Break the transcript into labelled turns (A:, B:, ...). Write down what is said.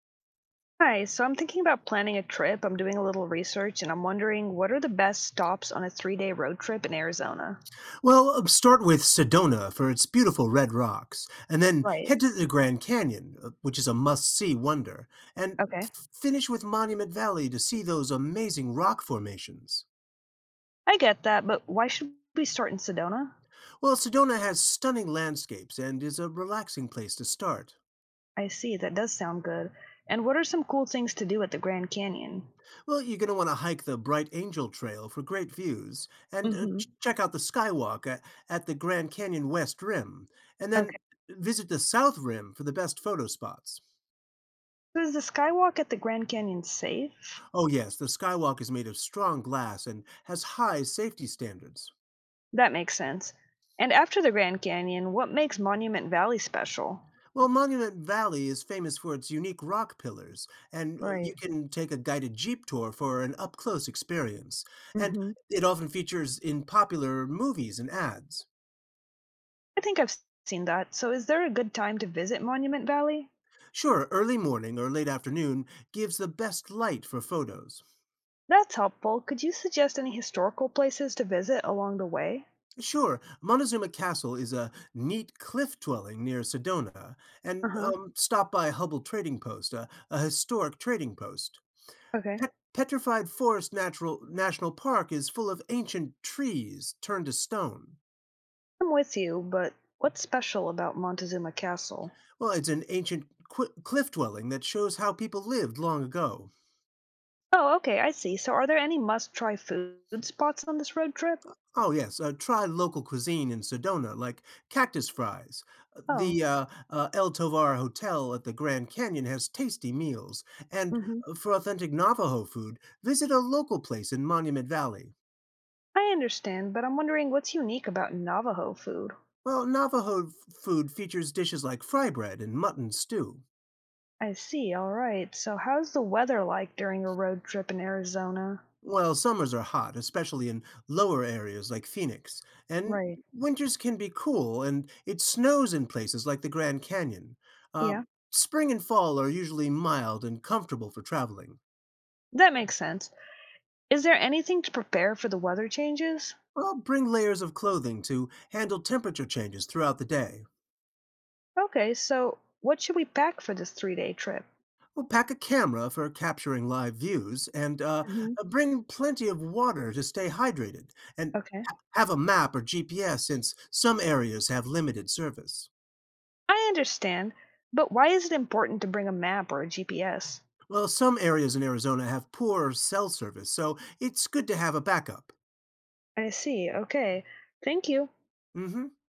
A: Hi, so I'm thinking about planning a trip. I'm doing a little research and I'm wondering what are the best stops on a 3 day road trip in Arizona?
B: Well, start with Sedona for its beautiful red rocks, and then
A: Right.
B: head to the Grand Canyon, which is a must-see wonder, and
A: Okay.
B: finish with Monument Valley to see those amazing rock formations.
A: I get that, but why should we start in Sedona?
B: Well, Sedona has stunning landscapes and is a relaxing place to start.
A: I see, that does sound good. And what are some cool things to do at the Grand Canyon?
B: Well, you're going to want to hike the Bright Angel Trail for great views, and
A: Mm-hmm.
B: check out the Skywalk at the Grand Canyon West Rim, and
A: Okay.
B: then visit the South Rim for the best photo spots.
A: So is the skywalk at the Grand Canyon safe?
B: Oh yes, the skywalk is made of strong glass and has high safety standards.
A: That makes sense. And after the Grand Canyon, what makes Monument Valley special?
B: Well, Monument Valley is famous for its unique rock pillars, and
A: Right.
B: you can take a guided jeep tour for an up close experience. And
A: Mm-hmm.
B: it often features in popular movies and ads.
A: I think I've s- Seen that. So is there a good time to visit Monument Valley?
B: Sure, early morning or late afternoon gives the best light for photos.
A: That's helpful. Could you suggest any historical places to visit along the way?
B: Sure, Montezuma Castle is a neat cliff dwelling near Sedona, and
A: Uh-huh.
B: stop by Hubble Trading Post, a historic trading post.
A: Okay.
B: Petrified Forest Natural National Park is full of ancient trees turned to stone.
A: I'm with you, but what's special about Montezuma Castle?
B: Well, it's an ancient cliff dwelling that shows how people lived long ago.
A: Oh, okay, I see. So are there any must-try food spots on this road trip?
B: Oh yes, try local cuisine in Sedona, like cactus fries.
A: Oh.
B: The El Tovar Hotel at the Grand Canyon has tasty meals, and
A: Mm-hmm.
B: for authentic Navajo food, visit a local place in Monument Valley.
A: I understand, but I'm wondering what's unique about Navajo food.
B: Well, food features dishes like fry bread and mutton stew.
A: I see. All right. So how's the weather like during a road trip in Arizona?
B: Well, summers are hot, especially in lower areas like Phoenix, and
A: Right.
B: winters can be cool, and it snows in places like the Grand Canyon. Uh,
A: Yeah.
B: Spring and fall are usually mild and comfortable for traveling.
A: That makes sense. Is there anything to prepare for the weather changes?
B: Well, bring layers of clothing to handle temperature changes throughout the day.
A: Okay, so what should we pack for this 3 day trip?
B: Well, pack a camera for capturing live views, and
A: Mhm.
B: bring plenty of water to stay hydrated. And
A: Okay.
B: have a map or GPS since some areas have limited service.
A: I understand, but why is it important to bring a map or a GPS?
B: Well, some areas in Arizona have poor cell service, so it's good to have a backup.
A: I see, okay. Thank you.
B: Hmm.